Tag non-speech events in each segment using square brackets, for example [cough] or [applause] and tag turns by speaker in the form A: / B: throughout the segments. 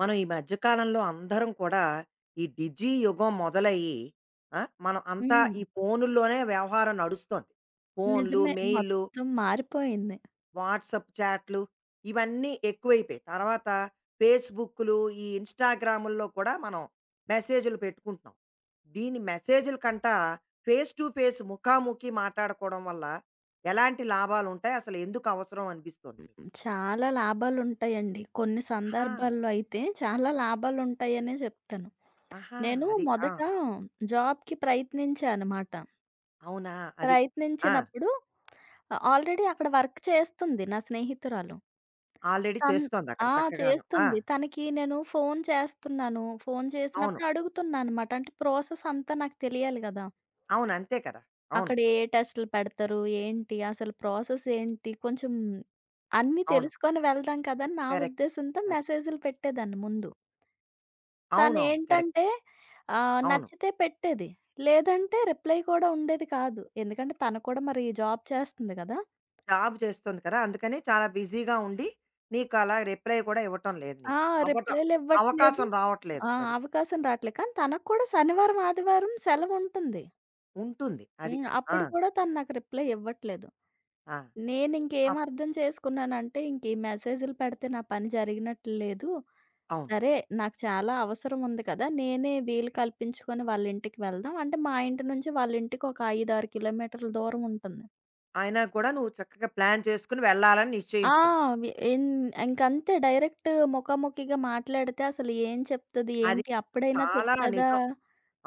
A: మనం ఈ మధ్యకాలంలో అందరం కూడా ఈ డిజి యుగం మొదలయ్యి మనం అంతా
B: హ్మ్.
A: ఈ ఫోనుల్లోనే వ్యవహారం నడుస్తోంది. ఫోన్లు,
B: నిజమే.
A: మెయిల్లు,
B: మొత్తం మారిపోయింది.
A: వాట్సప్ చాట్లు ఇవన్నీ ఎక్కువైపోయాయి. తర్వాత ఫేస్బుక్లు, ఈ ఇన్స్టాగ్రాముల్లో కూడా మనం మెసేజ్లు పెట్టుకుంటున్నాం. దీని మెసేజ్ల కంట ఫేస్ టు ఫేస్ ముఖాముఖి మాట్లాడుకోవడం వల్ల ఎలాంటి లాభాలు ఉంటాయి, అసలు ఎందుకు అవసరం అనిపిస్తుంది నీకు?
B: హ్మ్. చాలా లాభాలుంటాయండి. కొన్ని
A: ఆహా,
B: సందర్భాల్లో అయితే చాలా లాభాలుంటాయనే చెప్తాను.
A: ఆహా.
B: నేను
A: అది.
B: మొదట జాబ్‌కి ప్రయత్నించా అనమాట.
A: అవునా? అది.
B: ప్రయత్నించినప్పుడు ఆల్రెడీ అక్కడ వర్క్ చేస్తుంది నా స్నేహితురాలు.
A: ఆల్రెడీ
B: తన్
A: చేస్తోందక్కడ
B: ఆ!
A: చక్కగాను. ఆ!
B: చేస్తుంది. తనకి నేను ఫోను చేస్తున్నాను. ఫోను
A: అవును.
B: చేసినప్పుడు అడుగుతున్నా అనమాట. అంటే ప్రాసెస్ అంతా నాకు తెలియాలి గదా!
A: అవును. అంతే కదా! అవును.
B: అక్కడ ఏ టెస్టులు పెడతారు? ఏంటి? అసలు ప్రాసెస్ ఏంటి? కొంచెం అన్నీ
A: అవును.
B: తెలుసుకొని వెళ్దాం కదా! అని నా
A: కరెక్ట్.
B: ఉద్దేశంతో
A: అది.
B: మెసేజులు పెట్టేదాన్ని ముందు.
A: అవునవును. కరెక్ట్.
B: తనేంటంటే
A: అవును.
B: నచ్చితే పెట్టేది. లేదంటే రిప్లై కూడా ఉండేది కాదు. ఎందుకంటే తను కూడా మరి జాబ్ చేస్తుంది గదా!
A: జాబ్ చేస్తోంది కదా! అందుకని చాలా బిజీగా ఉండి నీకు అలా రిప్లై కూడా ఇవ్వటం లేదు
B: ఆ,
A: నీకు. అవ్వటం
B: రిప్లైలివ్వట్లేదు.
A: అవకాశం రావట్లేదు.
B: ఆ,
A: అది.
B: అవకాశం రాట్లే. కానీ తనకు కూడా శనివారం, ఆదివారం సెలవుంటుంది.
A: ఉంటుంది. అది.
B: హ్మ్.
A: ఆ!
B: అప్పుడు కూడా తను నాకు రిప్లై ఇవ్వట్లేదు.
A: ఆ!
B: నేనింకేం
A: అప్
B: అర్థం చేసుకున్నానంటే, ఇంక ఈ మెసేజులు పెడితే నా పని జరిగినట్లు లేదు.
A: అవును.
B: సరే, నాకు చాలా అవసరం ఉంది కదా! నేనే వీలు కల్పించుకొని వాళ్ళింటికి వెళ్దాం. అంటే మా ఇంటి నుంచి వాళ్ళింటికి ఒక 5, 6 కిలోమీటర్ల దూరం ఉంటుంది.
A: అయినా కూడా నువ్వు చక్కగా ప్లాన్ చేసుకొని వెళ్ళాలని
B: ఆ!
A: నిశ్చయించుకున్నావు.
B: వి ఇన్ ఇంకంతే డైరెక్ట్ ముఖాముఖిగా మాట్లాడితే అసలు ఏం చెప్తది?
A: అది
B: ఏంటి?
A: మటుకు
B: అప్పుడైనా
A: చాలా
B: చెప్తదా?
A: నిజం.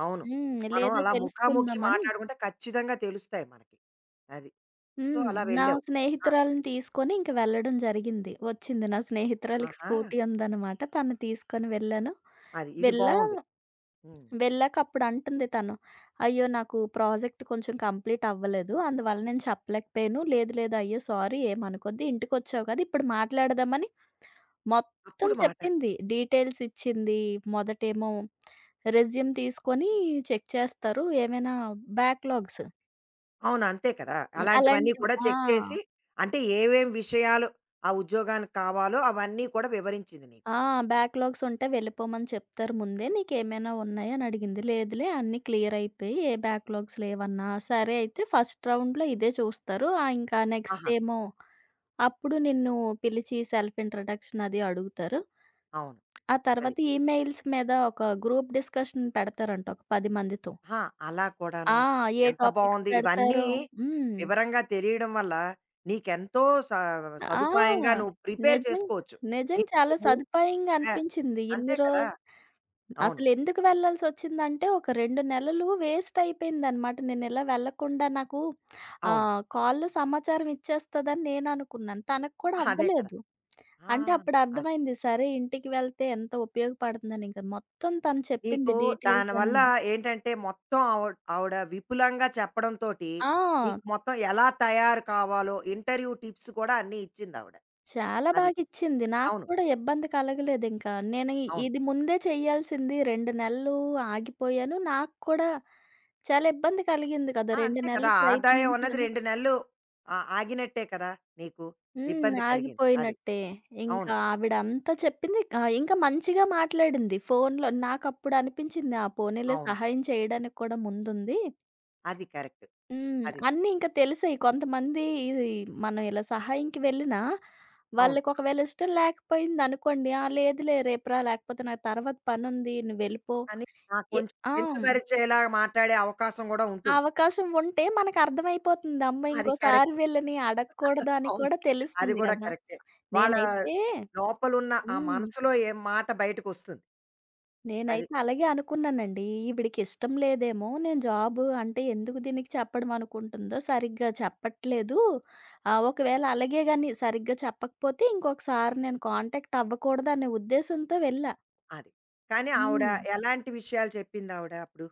A: అవును.
B: హ్మ్.
A: మనం
B: లేదో
A: అలా ముఖాముఖి
B: తెలుసుకుందామని.
A: మాట్లాడుకుంటే ఖచ్చితంగా తెలుస్తాయి మనకి. అది. సో,
B: హ్మ్.
A: అలా
B: నా
A: వెళ్ళావు. ఆ!
B: స్నేహితురాలిని తీసుకొని ఇంక వెళ్ళడం జరిగింది. వచ్చింది. నా స్నేహితురాలికి
A: ఆహా!
B: స్కూటీ ఉందనమాట. తనని తీసుకొని వెళ్ళాను.
A: అది. ఇది
B: వెళ్ళా
A: బావుంది. హ్మ్.
B: వెళ్ళాక అప్పుడు అంటుంది తను, "అయ్యో! నాకు ప్రాజెక్ట్ కొంచెం కంప్లీట్ అవ్వలేదు. అందువల్ల నేను చెప్పలేకపోయాను. లేదు లేదు. అయ్యో! సారీ ఏమనుకోద్దు. ఇంటికొచ్చావు కదా! ఇప్పుడు మాట్లాడదామని." మొత్తం
A: అప్పుడు మాట్లాడు.
B: చెప్పింది. డీటెయిల్స్ ఇచ్చింది. మొదటేమో రెజ్యూమ్ తీసుకొని చెక్ చేస్తారు. ఏమైనా బ్యాక్‌లాగ్స్.
A: అవును. అంతే కదా!
B: హ్మ్.
A: అలాంటివన్నీ
B: అలాంటివి.
A: కూడా
B: ఆ!
A: చెక్ చేసి అంటే ఏవేం విషయాలు ఆ ఉద్యోగానికి కావాలో అవన్నీ కూడా వివరించింది నీకు.
B: ఆ, బ్యాక్‌లాగ్స్ ఉంటే వెళ్ళిపోమని చెప్తారు ముందే. నీకేమైనా ఉన్నాయా? అని అడిగింది. లేదులే అన్నీ క్లియర్ అయిపోయాయి. ఏ బ్యాక్‌లాగ్స్ లేవన్నా. సరే అయితే ఫస్ట్ రౌండ్‌లో ఇదే చూస్తారు. ఆ, ఇంకా నెక్స్ట్
A: ఆహా!
B: ఏమో అప్పుడు నిన్ను పిలిచి సెల్ఫ్ ఇంట్రడక్షన్ అది అడుగుతారు.
A: అవును.
B: ఆ
A: అది.
B: తర్వాత ఈమెయిల్స్ మీద ఒక గ్రూప్ డిస్కషన్ పెడతారంట ఒక 10 మందితో.
A: ఆహా! అలా
B: ఆ,
A: కూడాను.
B: ఏ
A: ఎంత
B: టాపిక్స్
A: బావుంది ఇవన్నీ
B: పెడతారో. హ్మ్.
A: వివరంగా తెలియడం వల్ల. నీకెంతో స సదుపాయంగా నువ్వు
B: ఆ,
A: ప్రిపేర్
B: నిజం
A: చేసుకోవచ్చు.
B: నిజం
A: నీకు
B: చాలా
A: నువ్వు
B: సదుపాయంగా
A: ఆ!
B: అనిపించింది.
A: అంతే
B: ఇన్ని
A: కదా!
B: రోజ్
A: అవును.
B: అసలెందుకు వెళ్ళాల్సొచ్చిందంటే, ఒక 2 నెలలు వేస్ట్ అయిపోయిందనమాట. నేనిలా వెళ్ళకుండా నాకు
A: అవును.
B: కాల్‌లో సమాచారం ఇచ్చేస్తదని నేననుకున్నాను. తనకు కూడా
A: అదే కదా!
B: అవ్వలేదు.
A: ఆ!
B: అంటే
A: అది.
B: అప్పుడర్థమైంది, సరే ఇంటికి వెళ్తే ఎంత ఉపయోగపడుతుందనింక. మొత్తం తను చెప్పింది
A: నీకు
B: డీటెయిల్స్
A: దానివల్ల
B: అన్నీ.
A: ఏంటంటే మొత్తం ఆవిడ ఆవిడ విపులంగా చెప్పడంతోటి
B: ఆ,
A: నీకు మొత్తం ఎలా తయారు కావాలో ఇంటర్వ్యూ టిప్స్ కూడా అన్నీ ఇచ్చింది ఆవిడ.
B: చాలా
A: అది.
B: బాగిచ్చింది. నాకు
A: అవును.
B: కూడా ఇబ్బంది కలగలేదింక. నేను
A: అవును.
B: ఇది ముందే చెయ్యాల్సింది. 2 నెలలు ఆగిపోయాను. నాకు కూడా చాలా ఇబ్బంది కలిగింది కదా!
A: ఆ!
B: 2
A: అంతే కదా!
B: నెలలు
A: ఆదాయం అన్నది
B: ప్రయత్నించాను.
A: 2 నెలలు ఆ ఆగినట్టే కదా నీకు.
B: హ్మ్.
A: ఇబ్బంది కలిగింది. అది.
B: ఆగిపోయినట్టే. ఇంకా
A: అవును.
B: ఆవిడ అంతా చెప్పింది. ఇంకా మంచిగా మాట్లాడింది ఫోనులో. నాకప్పుడు అనిపించింది ఆ పోనీలే
A: అవును.
B: సహాయం చేయడానికి కూడా ముందుంది.
A: అది కరెక్ట్.
B: హ్మ్.
A: అది.
B: అన్నీ ఇంకా తెలిసాయి. కొంతమంది ఇది మనం ఇలా సహాయంకి వెళ్ళినా
A: అవును.
B: వాళ్ళకి ఒకవేళ ఇష్టం లేకపోయిందనుకోండి. ఆ లేదులే రేపురా లేకపోతే నాకు తర్వాత పనుంది నువ్వెళ్ళిపో.
A: అని నాకు
B: ఎ
A: కొంచెం
B: ఆ!
A: కించపరిచేలా మాట్లాడే అవకాశం గూడా
B: ఆ
A: ఉంటుంది.
B: అవకాశం ఉంటే మనకర్థమైపోతుంది. అమ్మ
A: అది
B: ఇంకోసారి
A: కరెక్ట్.
B: వీళ్ళని అడగకూడదు అని
A: అవును.
B: కూడా
A: అది
B: తెలుస్తుంది
A: కూడా
B: గదా!
A: కరెక్టే. వాళ్ళ
B: నేనైతే
A: లోపలున్న ఆ
B: హ్మ్.
A: మనసులో ఏం మాట బయటకొస్తుంది. అది.
B: నేనైతే అలాగే అనుకున్నానండి. ఈవిడికిష్టం లేదేమో, నేను జాబు అంటే ఎందుకు దీనికి చెప్పడం అనుకుంటుందో, సరిగ్గా చెప్పట్లేదు. ఒకవేళ అలాగే గాని సరిగ్గా చెప్పకపోతే ఇంకొకసారి నేను కాంటాక్ట్ అవ్వకూడదనే ఉద్దేశంతో వెళ్ళా.
A: అది. కానీ ఆవిడ
B: హ్మ్.
A: ఎలాంటి విషయాలు చెప్పిందావిడ అప్పుడు?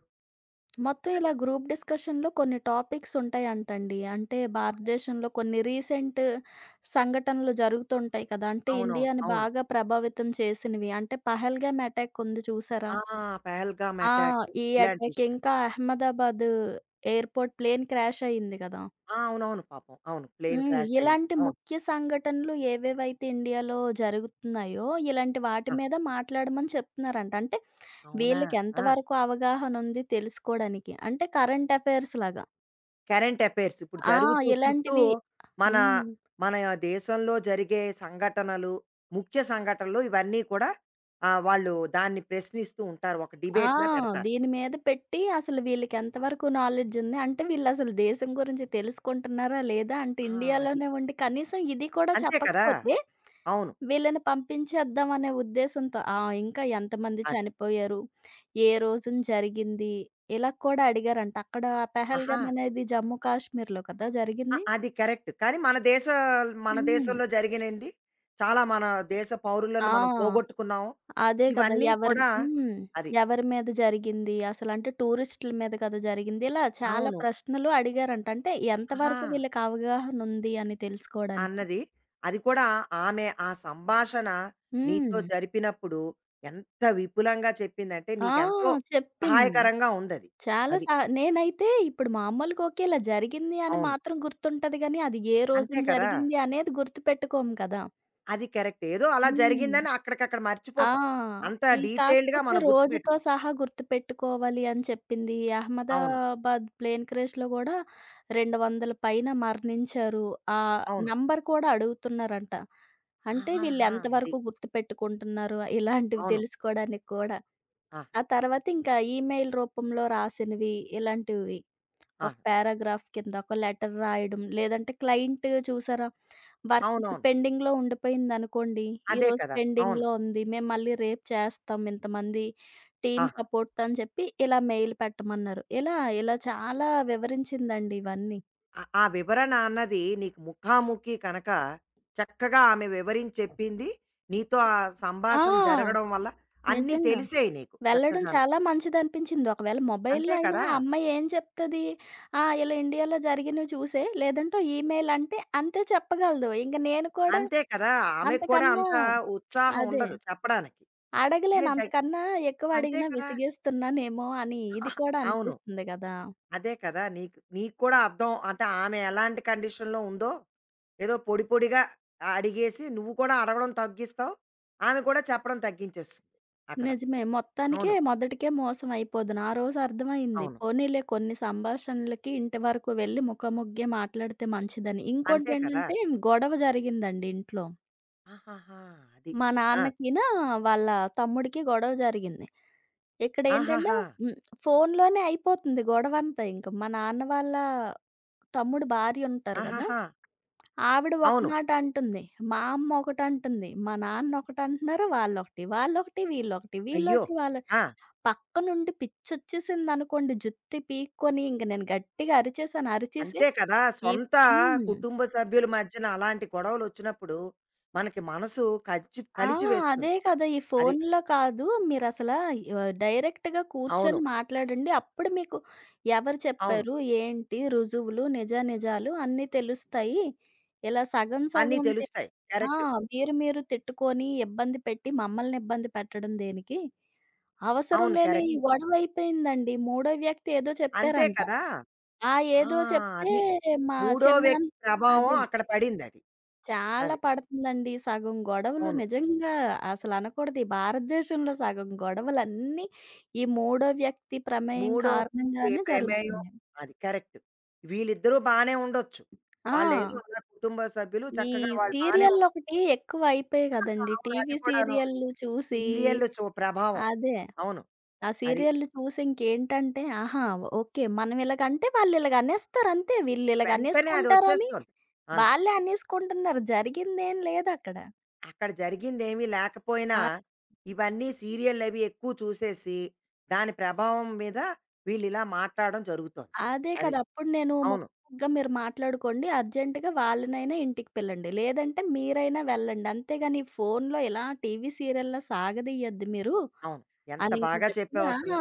B: మొత్తం
A: అదే.
B: ఇలా గ్రూప్ డిస్కషన్‌లో కొన్ని టాపిక్స్ ఉంటాయంటండి. అంటే భారతదేశంలో కొన్ని రీసెంట్ సంఘటనలు జరుగుతుంటాయి కదా! అంటే
A: అవునవును.
B: ఇండియాని
A: అవును.
B: బాగా ప్రభావితం చేసినవి. అంటే 'పహల్గామ్' అటాక్ ఉంది చూసారా?
A: ఆ! పెహల్గామ్
B: ఆ,
A: అటాక్,
B: ఈ
A: ఇలాంటి
B: అటాక్
A: విషయాలు.
B: ఇంకా అహ్మదాబాద్ ఎయిర్‌పోర్ట్ ప్లేన్ క్రాష్ అయింది కదా!
A: ఆ! అవునవును, పాపం. అవును. ప్లేన్
B: హ్మ్.
A: క్రాష్ అయింది.
B: ఇలాంటి
A: అవును.
B: ముఖ్య సంఘటనలు ఏవేవైతే ఇండియాలో జరుగుతున్నాయో, ఇలాంటి వాటి
A: ఆ!
B: మీద మాట్లాడమని చెప్తున్నారంట. అంటే
A: అవునా?
B: వీళ్ళకి
A: ఆ!
B: ఎంతవరకు అవగాహన ఉంది తెలుసుకోవడానికి. అంటే కరెంట్ అఫైర్స్ లాగా.
A: కరెంట్ అఫైర్స్ ఇప్పుడు
B: ఆ,
A: జరుగుతూ చుట్టూ
B: ఇలాంటివి.
A: మన
B: హ్మ్.
A: మన దేశంలో జరిగే సంఘటనలు, ముఖ్య సంఘటనలు ఇవన్నీ కూడా ఆహ్, వాళ్ళు దాన్ని ప్రశ్నిస్తూ ఉంటారు. ఒక
B: ఆ,
A: డిబేట్‌లా పెడతారు.
B: దీని మీద పెట్టి అసలు వీళ్ళకి ఎంతవరకు నాలెడ్జ్ ఉంది. అంటే వీళ్ళసలు దేశం గురించి తెలుసుకుంటున్నారా లేదా? అంటే
A: ఆ! అది.
B: ఇండియాలోనే ఉండి కనీసం ఇది కూడా
A: అంతే కదా!
B: చెప్పకపోతే
A: అవును.
B: వీళ్ళని పంపించేద్దాం అనే ఉద్దేశంతో. ఆ, ఇంకా ఎంతమంది
A: అది.
B: చనిపోయారు? ఏ రోజున జరిగింది? ఇలా కూడా అడిగారంట. అక్కడ
A: ఆహా!
B: పెహల్గాం అనేది జమ్మూ కాశ్మీర్‌లో కదా
A: అ
B: జరిగింది.
A: అది కరెక్ట్. కానీ మన
B: హ్మ్.
A: దేశంలో జరిగినయండి. చాలా మన దేశ పౌరులను మనం
B: ఆ,
A: పోగొట్టుకున్నాము.
B: అదే కదా!
A: ఇవన్నీ
B: ఎవరి
A: కూడా
B: హ్మ్.
A: అది.
B: ఎవరి మీద జరిగింది? అసలంటే టూరిస్టుల మీద కదా జరిగింది. ఇలా చాలా
A: అవును.
B: ప్రశ్నలు అడిగారంట. అంటే
A: ఆహా!
B: ఎంతవరకు వీళ్ళకి అవగాహన ఉంది అని తెలుసుకోవడానికి.
A: అన్నది. అది కూడా ఆమె ఆ సంభాషణ నీతో
B: హ్మ్.
A: జరిపినప్పుడు ఎంత విపులంగా చెప్పిందంటే
B: ఆ,
A: నీకెంతో
B: చెప్పింది.
A: సహాయకరంగా ఉందది.
B: చాలా
A: అది. అది
B: సా నేనైతే ఇప్పుడు మామూలుగా ఓకే. ఇలా జరిగింది అని
A: అవును.
B: మాత్రం గుర్తుంటది గానీ, అది ఏ
A: అంతే
B: రోజున
A: కదా!
B: జరిగింది అనేది గుర్తుపెట్టుకోము కదా!
A: అది కరెక్ట్. ఏదో అలా
B: హ్మ్.
A: జరిగిందని అక్కడికక్కడ
B: ఆ,
A: మర్చిపోతాం. అంత
B: ఈ
A: డీటెయిల్డ్‌గా
B: కాకపోతే
A: మనం
B: రోజుతో
A: గుర్తుపెట్టుకోం.
B: సహా గుర్తుపెట్టుకోవాలి అని చెప్పింది.
A: అవును.
B: అహ్మదాబాద్ ప్లేన్ క్రేష్‌లో గూడా 200 పైన మరణించారు. ఆ
A: అవును.
B: నంబర్ కూడా అడుగుతున్నారంట. అంటే వీళ్ళు
A: ఆహాహా! అది.
B: ఎంతవరకు గుర్తుపెట్టుకుంటున్నారు ఇలాంటివి
A: అవును.
B: తెలుసుకోడానికి కూడా.
A: ఆహా!
B: ఆ తర్వాత ఇంకా ఈమెయిల్ రూపంలో రాసినవి ఇలాంటివి. ఒక
A: ఆహా!
B: పారాగ్రాఫ్ కింద ఒక లెటర్ రాయడం. లేదంటే క్లయింట్ చూసారా? వర్క్ ఇప్పుడు
A: అవునవును.
B: పెండింగ్‌లో ఉండిపోయిందనుకోండి.
A: అదే
B: ఈరోజు
A: కదా! అవును.
B: పెండింగ్‌లో ఉంది. మేము మళ్ళీ రేపు చేస్తాం. ఇంతమంది టీమ్
A: ఆహా!
B: సపోర్ట్‌తో అని చెప్పి ఇలా మెయిల్ పెట్టమన్నారు. ఇలా, ఇలా చాలా వివరించిందండి ఇవన్నీ.
A: ఆ ఆ వివరణ అన్నది నీకు ముఖాముఖి కనక చక్కగా ఆమె వివరించి చెప్పింది. నీతో ఆ
B: ఆ,
A: సంభాషణ జరగడం వల్ల అన్నీ
B: నిజంగా.
A: తెలిసాయి నీకు
B: వెళ్ళడం
A: చక్కగాను.
B: చాలా మంచిదనిపించింది. ఒకవేళ
A: అంతే
B: మొబైల్‌లో అయినా
A: కదా!
B: ఆ అమ్మాయి ఏం చెప్తది? ఆ, ఇలా ఇండియాలో జరిగినవి చూసేయి. లేదంటే ఓ ఈమెయిల్ అంటే అంతే చెప్పగలదు. ఇంక నేను కూడా
A: అంతే కదా! ఆమెకు కూడా
B: అంతకన్నా
A: అంత ఉత్సాహం
B: అదే.
A: ఉండదు చెప్పడానికి. అదే
B: అడగలేను.
A: దగ్
B: అంతకన్నా ఎక్కువ
A: అంతే
B: అడిగినా
A: కదా!
B: విసిగేస్తున్నానేమో అని ఇది కూడా
A: అవును.
B: అనిపిస్తుంది గదా!
A: అదే కదా! నీకు నీకు కూడా అర్థం అంటే ఆమె ఎలాంటి కండిషన్‌లో ఉందో ఏదో పొడిగా అడిగేసి నువ్వు కూడా అడగడం తగ్గిస్తావు. ఆమె కూడా చెప్పడం తగ్గించేస్తుంది అక్కడ.
B: నిజమే. మొత్తానికే
A: అవును.
B: మొదటికే మోసం అయిపోదును. ఆ రోజు అర్థమైంది.
A: అవును.
B: పోనీలే కొన్ని సంభాషణలకి ఇంటి వరకు వెళ్లి ముఖాముఖిగా మాట్లాడితే మంచిదని.
A: అంతే కదా!
B: ఇంకోటేంటంటే గొడవ జరిగిందండి ఇంట్లో.
A: ఆహాహా! అది.
B: మా
A: ఆ!
B: నాన్నకినా, వాళ్ళ తమ్ముడికి గొడవ జరిగింది. ఇక్కడేంటంటే
A: ఆహాహా!
B: హ్మ్. ఫోనులోనే అయిపోతుంది గొడవంతా ఇంక. మా నాన్న వాళ్ళ తమ్ముడు భార్యుంటారు గదా!
A: ఆహాహా!
B: ఆవిడ ఒక
A: అవును.
B: మాట అంటుంది. మా అమ్మ ఒకటంటుంది. మా నాన్న ఒకటంటున్నారు. వాళ్ళొకటి, వాళ్ళొకటి, వీళ్ళొకటి,
A: అయ్యో!
B: వీళ్ళొకటి, వాళ్ళ
A: ఆ!
B: పక్కనుండి పిచ్చొచ్చేసిందనుకోండి. జుత్తి పీక్కొని ఇంక నేను గట్టిగా అరిచేసాను. అరిచేసి
A: అంతే కదా!
B: ఈ
A: సొంత
B: హ్మ్.
A: కుటుంబ సభ్యుల మధ్యన అలాంటి గొడవలొచ్చినప్పుడు, మనకి మనసు కచ్చి
B: ఆ!
A: కలిచి
B: అదే
A: వేస్తుంది.
B: కదా! ఈ
A: అది.
B: ఫోనులో కాదు. మీరసలా డైరెక్ట్‌గా
A: అవును.
B: కూర్చొని మాట్లాడండి. అప్పుడు మీకు ఎవరు
A: అవును.
B: చెప్పారు, ఏంటి రుజువులు, నిజానిజాలు అన్నీ తెలుస్తాయి. ఇలా సగం
A: అన్నీ
B: సగం
A: తెలుస్తాయి.
B: ఆ!
A: కరెక్ట్.
B: మీరు మీరు తిట్టుకొని, ఇబ్బంది పెట్టి, మమ్మల్ని ఇబ్బంది పెట్టడం దేనికి? అవసరం
A: అవును.
B: లేని
A: కరెక్ట్.
B: గొడవయిపోయిందండి. మూడో వ్యక్తి ఏదో
A: అంతే
B: చెప్పారంట.
A: కదా!
B: ఆ
A: ఆ!
B: ఏదో చెప్తే
A: అది.
B: మా
A: మూడో
B: చిన్నాన్న
A: వ్యక్తి ప్రభావం
B: అదే.
A: అక్కడ పడిందది. అది.
B: చాలా
A: అది
B: పడుతుందండి. సగం గొడవలు
A: అవును.
B: నిజంగా అసలనకూడదు. ఈ భారతదేశంలో సగం గొడవలన్నీ ఈ మూడో వ్యక్తి ప్రమేయం
A: మూడో వ్యక్తి
B: కారణంగానే
A: ప్రమేయం
B: జరుగుతున్నాయి.
A: అది కరెక్ట్. వీళ్ళిద్దరూ బానే ఉండొచ్చు.
B: ఆ,
A: వాళ్ళేదో ఉన్న కుటుంబ సభ్యులు
B: ఈ
A: చక్కగా వాళ్ళు బానే ఉండొచ్చు.
B: సీరియల్లొకటి ఎక్కువయిపోయాయి
A: [laughs]
B: గదండీ!
A: అవును. అది
B: టీవీ
A: కూడాను.
B: సీరియల్లు చూసి
A: సీరియల్ చూ ప్రభావం.
B: అదే.
A: అవును.
B: ఆ
A: అది.
B: సీరియల్‌లు చూసి ఇంకేంటంటే, ఆహా! ఓకే. మనం ఇలాగంటే వాళ్ళు ఇలాగ అనేస్తారు అంతే. వీళ్ళు ఇలాగ
A: వెంటనే
B: అనేసుకుంటారని
A: అదొచ్చేస్తోంది. అవును.
B: వాళ్ళే అనేసుకుంటున్నారు. జరిగిందేం లేదక్కడ.
A: అక్కడ జరిగిందేమీ లేకపోయినా,
B: ఆ,
A: ఇవన్నీ సీరియల్లవి ఎక్కువ చూసేసి, దాని ప్రభావం మీద వీళ్ళిలా మాట్లాడడం జరుగుతోంది.
B: అదే
A: అది.
B: కదా! అప్పుడు నేను
A: అవును.
B: ముక్కుగా మీరు మాట్లాడుకోండి. అర్జెంట్‌గా వాళ్ళనైనా ఇంటికి పిల్లండి. లేదంటే మీరైనా వెళ్ళండి. అంతేగాని ఫోన్‌లో ఇలా టీవీ సీరియల్‌లా సాగదీయద్దు మీరు
A: అవును. ఎంత
B: అని ఇంక
A: బాగా
B: గట్టిగా.
A: చెప్పావసలు.
B: ఆ,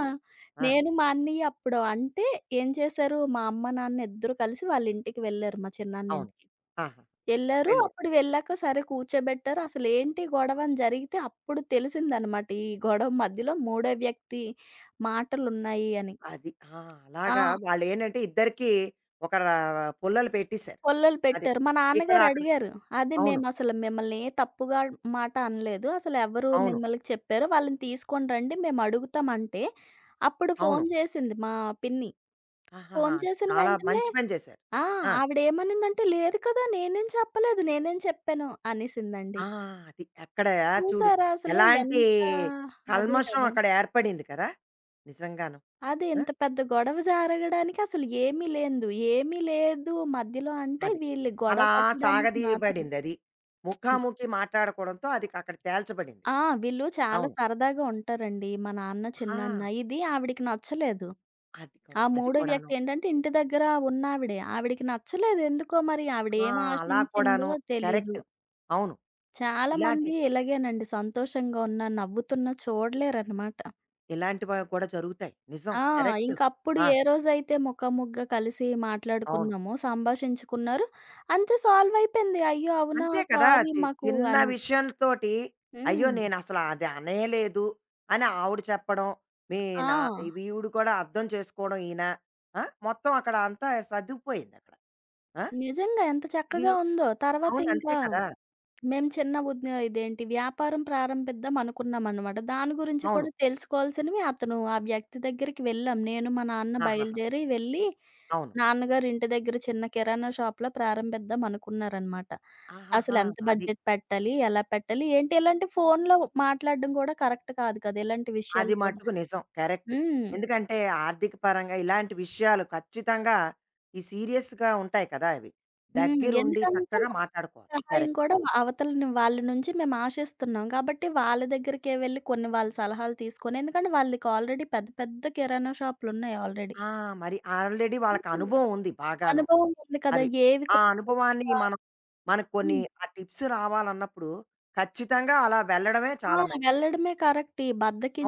A: ఆ!
B: నేను మా అన్నయ్య అప్పుడు అంటే ఏం చేశారు, మా అమ్మ, నాన్న ఇద్దరు కలిసి వాళ్ళ ఇంటికి వెళ్లారు మా చిన్నాన్న
A: అవును.
B: ఇంటికి.
A: ఆహా!
B: ఎళ్లారు.
A: వెళ్ళాం.
B: అప్పుడు వెళ్ళాక సరే కూర్చోబెట్టారు. అసలేంటి గొడవ అని జరిగితే అప్పుడు తెలిసిందనమాట. ఈ గొడవ మధ్యలో మూడో వ్యక్తి మాటలున్నాయి అని.
A: అది. ఆ!
B: ఆ,
A: అలాగా వాళ్ళేంటంటే ఇద్దరికీ ఒక రా పుల్లలు పెట్టేశారు.
B: పుల్లలు
A: అది.
B: పెట్టారు. మా
A: ఇక్కడ
B: నాన్నగారు
A: అక్కడ.
B: అడిగారు. "అదే
A: అవును.
B: మేమసలు మిమ్మల్ని ఏ తప్పుగా మాట అనలేదు. అసలెవరు
A: అవును.
B: మిమ్మల్ని చెప్పారు? వాళ్ళని తీసుకొని రండి మేము అడుగుతాం" అంటే, అప్పుడు
A: అవును.
B: ఫోను చేసింది మా పిన్ని.
A: ఆహాహా!
B: ఫోను
A: అది
B: చేసిన
A: చాలా
B: వెంటనే
A: మంచి పని చేశారు.
B: ఆ,
A: ఆ!
B: ఆవిడేమనిందంటే, "లేదు కదా! నేనేం చెప్పలేదు. నేనేం చెప్పాను" అనేసిందండి.
A: ఆ! అది. అక్కడ చూడు
B: చూసారా అసలు
A: ఎలాంటి
B: ఎంత అదే
A: కల్మషం
B: కదా!
A: అక్కడ ఏర్పడింది కదా! నిజంగాను.
B: అదే
A: ఆ!
B: ఇంత పెద్ద గొడవ జరగడానికి అసలు ఏమీ లేదు. ఏమీ లేదు మధ్యలో అంటే
A: అది.
B: వీళ్ళు గొడవ
A: అలా
B: పెట్టడానికి మాత్రమే.
A: సాగదీయబడిందది. ముఖాముఖి మాట్లాడుకోవడంతో అది అక్కడ తేల్చబడింది.
B: ఆ, వీళ్ళు చాలా
A: అవును.
B: సరదాగా ఉంటారండి. మా నాన్న,
A: ఆ!
B: చిన్నాన్న ఇది ఆవిడకి నచ్చలేదు.
A: అది కూడా.
B: ఆ
A: అది
B: మూడో
A: కూడాను.
B: వ్యక్తి ఏంటంటే ఇంటి దగ్గర ఉన్నావిడే. ఆవిడకి నచ్చలేదు ఎందుకో మరి ఆవిడ
A: ఆ!
B: ఏమి
A: అలా
B: ఆశించిందో
A: కూడాను.
B: తెలీదు.
A: కరెక్ట్. అవును.
B: చాలా
A: ఇలాంటి
B: మంది ఇలాగేనండి సంతోషంగా ఉన్నా, నవ్వుతున్నా చూడలేరనమాట.
A: ఇలాంటివి కూడా జరుగుతాయి. నిజం.
B: ఆ,
A: కరెక్ట్.
B: ఇంకప్పుడు
A: ఆ!
B: ఏ రోజైతే ముఖాముఖిగా కలిసి
A: అవును.
B: మాట్లాడుకున్నామో, సంభాషించుకున్నారు. అంతే సాల్వ్ అయిపోయింది. అయ్యో! అవునా!
A: అంతే కదా!
B: సారీ మాకు
A: చిన్న
B: అని.
A: విషయంతోటి అయ్యో!
B: హ్మ్.
A: నేనసల అది అనేయలేదు అని ఆవిడ చెప్పడం. మీ
B: ఆ,
A: నా వీవిడు కూడా అర్థం చేసుకోవడం ఈయన. ఆ! మొత్తం అక్కడ అంతా సర్దుకుపోయిందక్కడ. ఆ!
B: నిజంగా ఎంత
A: ఇది
B: చక్కగా ఉందో.
A: అవును. అంతే
B: తర్వాతింకా
A: కదా!
B: మేము చిన్న ఉద్య ఇదేంటి వ్యాపారం ప్రారంభిద్దాం అనుకున్నామనమాట. దాని గురించి
A: అవును.
B: కూడా తెలుసుకోవాల్సినవి అతను ఆ వ్యక్తి దగ్గరికి వెళ్ళాం. నేను, మా నాన్న
A: ఆహాహా!
B: బయలుదేరి వెళ్ళి,
A: అవును.
B: నాన్నగారు ఇంటి దగ్గర చిన్న కిరాణా షాప్‌లో ప్రారంభిద్దాం అనుకున్నారనమాట.
A: ఆహాహా!
B: అసలెంత
A: అది.
B: బడ్జెట్ పెట్టాలి? ఎలా పెట్టాలి? ఏంటి ఇలాంటి ఫోన్‌లో మాట్లాడడం కూడా కరెక్ట్ కాదు కదా! ఇలాంటి
A: అది
B: విషయాలు కూడా.
A: మట్టుకు నిజం. కరెక్ట్.
B: హ్మ్.
A: ఎందుకంటే ఆర్థిక పరంగా ఇలాంటి విషయాలు ఖచ్చితంగా ఈ సీరియస్‌గా ఉంటాయి కదా! అవి.
B: హ్మ్.
A: దగ్గరుండి
B: ఎందుకంటే
A: చక్కగా మాట్లాడుకోవాలి.
B: సహాయం
A: కరెక్ట్.
B: కూడా అవతలని వాళ్ళ నుంచి మేము ఆశిస్తున్నాం. కాబట్టి వాళ్ళ దగ్గరికే వెళ్లి కొన్ని వాళ్ళ సలహాలు తీసుకొని ఎందుకంటే వాళ్ళకి ఆల్రెడీ పెద్ద పెద్ద కిరాణా షాపులున్నాయి ఆల్రెడీ.
A: ఆ! మరి ఆల్రెడీ వాళ్ళకి
B: హ్మ్.
A: అనుభవం ఉంది బాగాను.
B: అనుభవం ఉంది కదా!
A: అది.
B: ఏవి
A: ఆ
B: కొంచెం
A: అనుభవాన్ని
B: ఎక్కువ.
A: మనం మనకు కొన్ని
B: హ్మ్.
A: ఆ టిప్స్ రావాలన్నప్పుడు ఖచ్చితంగా అలా వెళ్ళడమే
B: ఆ,
A: చాలా మంచిది.
B: వెళ్ళడమే కరెక్ట్. ఈ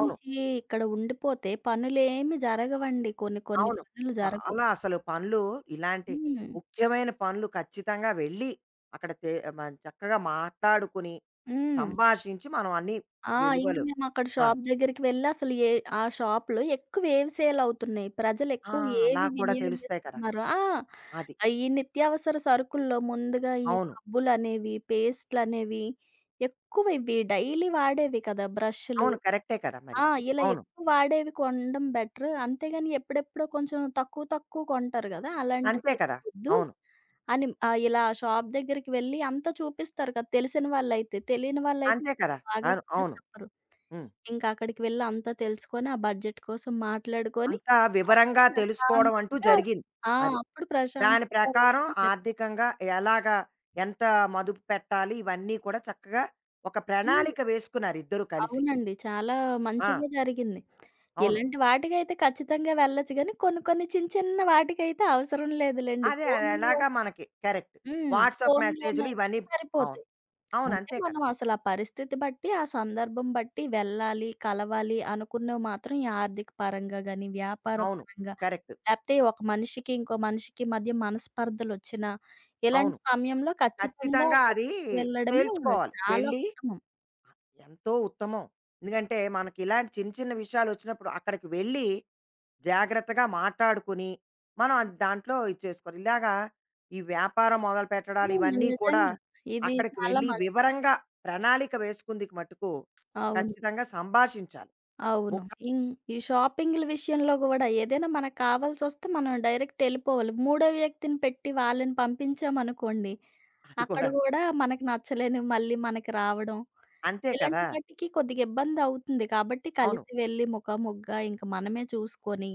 A: అవును.
B: ఇక్కడ ఉండిపోతే పనులేమి జరగవండి. కొన్ని కొన్ని
A: అవును.
B: పనులు జరగవు.
A: చాలా అసలు పనులు ఇలాంటి
B: హ్మ్.
A: ముఖ్యమైన పనులు ఖచ్చితంగా వెళ్ళి అక్కడ తే మ చక్కగా మాట్లాడుకుని,
B: హ్మ్.
A: సంభాషించి మనం అన్ని
B: ఆ, ఇంక
A: వెలువలు
B: మేమక్కడ
A: ఆ!
B: షాప్ దగ్గరికి వెళ్లి అసలు ఏ ఆ షాప్‌లో ఎక్కువ ఏవి సేల్ అవుతున్నాయి,
A: ఆ!
B: ప్రజలెక్కువ
A: అలా
B: ఏవి
A: కూడా తెలుస్తాయి కదా!
B: వినియోగిస్తున్నారో. ఆ,
A: అది.
B: ఈ నిత్యావసర సరుకుల్లో ముందుగా ఈ
A: అవును.
B: సబ్బులనేవి, పేస్ట్‌లనేవి ఎక్కువ ఇవి డైలీ వాడేవి కదా! బ్రష్‌లు.
A: అవును. కరెక్టే కదా మరి.
B: ఆ, ఇలా
A: అవును.
B: ఎక్కువ వాడేవి కొనడం బెటర్. అంతేగాని ఎప్పుడెప్పుడో కొంచెం తక్కువ తక్కువ కొంటారు గదా!
A: అంతే
B: అలాంటివైతే
A: కదా!
B: వద్దు
A: అవును.
B: అని ఇలా షాప్ దగ్గరికి వెళ్లి అంతా చూపిస్తారు కదా! తెలిసిన వాళ్ళైతే. తెలియని వాళ్ళైతే
A: అంతే
B: ఇంత
A: కదా!
B: బాగా
A: అవును.
B: కూడా
A: అవును.
B: చెప్పరు.
A: హ్మ్.
B: ఇంకా అక్కడికి వెళ్ళి అంతా తెలుసుకొని, ఆ బడ్జెట్ కోసం మాట్లాడుకొని,
A: అంతా వివరంగా
B: అప్పుడు
A: తెలుసుకోవడం అంటూ
B: ప్రశాంతంగా
A: జరిగింది.
B: ఆ!
A: అది.
B: అప్పుడు
A: దాని
B: ప్రశాంతంగా
A: ప్రకారం
B: రమ్మంటారు.
A: ఆర్థికంగా ఎలాగా ఎంత మదుపు పెట్టాలి ఇవన్నీ కూడా చక్కగా ఒక
B: హ్మ్.
A: ప్రణాళిక వేసుకున్నారు ఇద్దరూ కలిసి.
B: అవునండి. చాలా
A: ఆ!
B: మంచిగా జరిగింది.
A: అవును.
B: ఇలాంటి వాటికైతే ఖచ్చితంగా వెళ్ళొచ్చు గానీ, కొన్ని కొన్ని చిన్న చిన్న వాటికైతే అవసరం లేదులెండి.
A: అదే అది
B: ఫోన్‌లో
A: ఎలాగా మనకి కరెక్ట్.
B: హ్మ్.
A: వాట్సాప్ మెసేజ్‌లు
B: ఫోన్‌లోనైతే
A: ఇవన్నీ అవును.
B: సరిపోతాయి.
A: అవును.
B: అంటే
A: అంతే
B: మనం
A: కదా!
B: అసలు ఆ పరిస్థితి బట్టి, ఆ సందర్భం బట్టి వెళ్ళాలి, కలవాలి అనుకున్నవి మాత్రం ఈ ఆర్థిక పరంగా గాని, వ్యాపార
A: అవును.
B: పరంగా
A: కరెక్ట్.
B: లేపోతే ఒక మనిషికి, ఇంకో మనిషికి మధ్య మనస్పర్ధలొచ్చినా,
A: అవును.
B: ఇలాంటి సమయంలో ఖచ్చితంగా
A: ఖచ్చితంగా అది
B: దగ్గరికి వెళ్ళడమే
A: తేల్చుకోవాలి.
B: చాలా
A: వెళ్ళి
B: ఉత్తమం.
A: ఎంతో ఉత్తమం. ఎందుకంటే మనకి ఇలాంటి చిన్న చిన్న విషయాలొచ్చినప్పుడు అక్కడికి వెళ్ళి జాగ్రత్తగా మాట్లాడుకుని, మనం అది దాంట్లో ఇది చేసుకోవాలి. ఇలాగా ఈ వ్యాపారం మొదలుపెట్టడాలు
B: హ్మ్.
A: ఇవన్నీ కూడా
B: నిజంగా. ఇది
A: అక్కడికి
B: చాలా
A: వెళ్ళి
B: మంచి.
A: వివరంగా ప్రణాళిక వేసుకుందికి మట్టుకు
B: అవును.
A: ఖచ్చితంగా సంభాషించాలి.
B: అవును.
A: ముఖ్యం
B: ఇం ఈ షాపింగ్‌ల విషయంలో గూడా ఏదైనా మనకు కావాల్సొస్తే మనం డైరెక్ట్ ఎళ్ళిపోవాలి. మూడో వ్యక్తిని పెట్టి వాళ్ళని పంపించామనుకోండి,
A: అది
B: అక్కడ
A: కూడాను.
B: గూడా మనకి నచ్చలేనివి మళ్ళీ మనకి రావడం
A: అంతే
B: ఇలాంటి
A: కదా!
B: వాటికి కొద్దిగా ఇబ్బందవుతుంది. కాబట్టి
A: అవును.
B: కలిసి వెళ్లి ముఖాముఖిగా ఇంక మనమే చూసుకొని,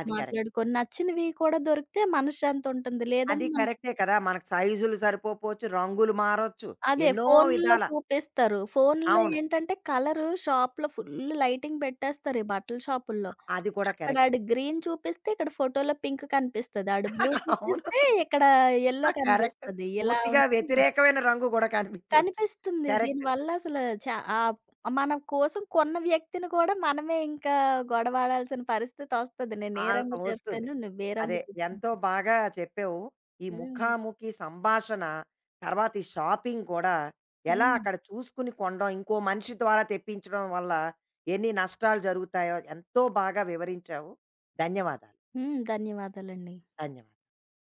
A: అది కరెక్ట్.
B: మాట్లాడుకొని నచ్చినవి కూడా దొరికితే మనశ్శాంతుంటుంది.
A: అది
B: లేదంటే మనకి
A: కరెక్టే కదా! మనకు సైజులు సరిపోకపోవచ్చు, రంగులు మారొచ్చు.
B: అదే
A: ఎన్నో
B: ఫోనుల్లో
A: విధాల
B: చూపిస్తారు. ఫోనుల్లో
A: అవును.
B: ఏంటంటే కలరు షాప్‌లో ఫుల్లు లైటింగ్ పెట్టేస్తారు ఈ బట్టల షాపుల్లో.
A: అది కూడా
B: అక్కడ
A: కరెక్ట్.
B: ఆడు గ్రీన్ చూపిస్తే ఇక్కడ ఫోటోలో పింక్ కనిపిస్తది. ఆడు బ్లూ
A: [laughs] అవును.
B: చూపిస్తే ఇక్కడ యెల్లో
A: కరెక్ట్.
B: కనిపిస్తది. ఇలా
A: పూర్తిగా
B: ఉంటుంది.
A: వ్యతిరేకమైన రంగు గూడా కనిపించొచ్చు.
B: కనిపిస్తుంది.
A: కరెక్ట్.
B: దీనివల్ల అసలు చా ఆహ్, మన కోసం కొన్న వ్యక్తిని కూడా మనమే ఇంకా గొడవాడాల్సిన పరిస్థితొస్తది. నేను ఏ
A: ఆల్
B: రంగు
A: వస్తుంది.
B: చెప్పాను, నువ్వే
A: అదే.
B: రంగు
A: ఎంతో
B: తెచ్చావని.
A: బాగా చెప్పావు. ఈ
B: హ్మ్.
A: ముఖాముఖి సంభాషణ, తర్వాత ఈ షాపింగ్ కూడా ఎలా
B: హ్మ్.
A: అక్కడ చూసుకుని కొనడం, ఇంకో మనిషి ద్వారా తెప్పించడం వల్ల ఎన్ని నష్టాలు జరుగుతాయో ఎంతో బాగా వివరించావు. ధన్యవాదాలు.
B: హ్మ్. ధన్యవాదాలండి.
A: ధన్యవాదాలు.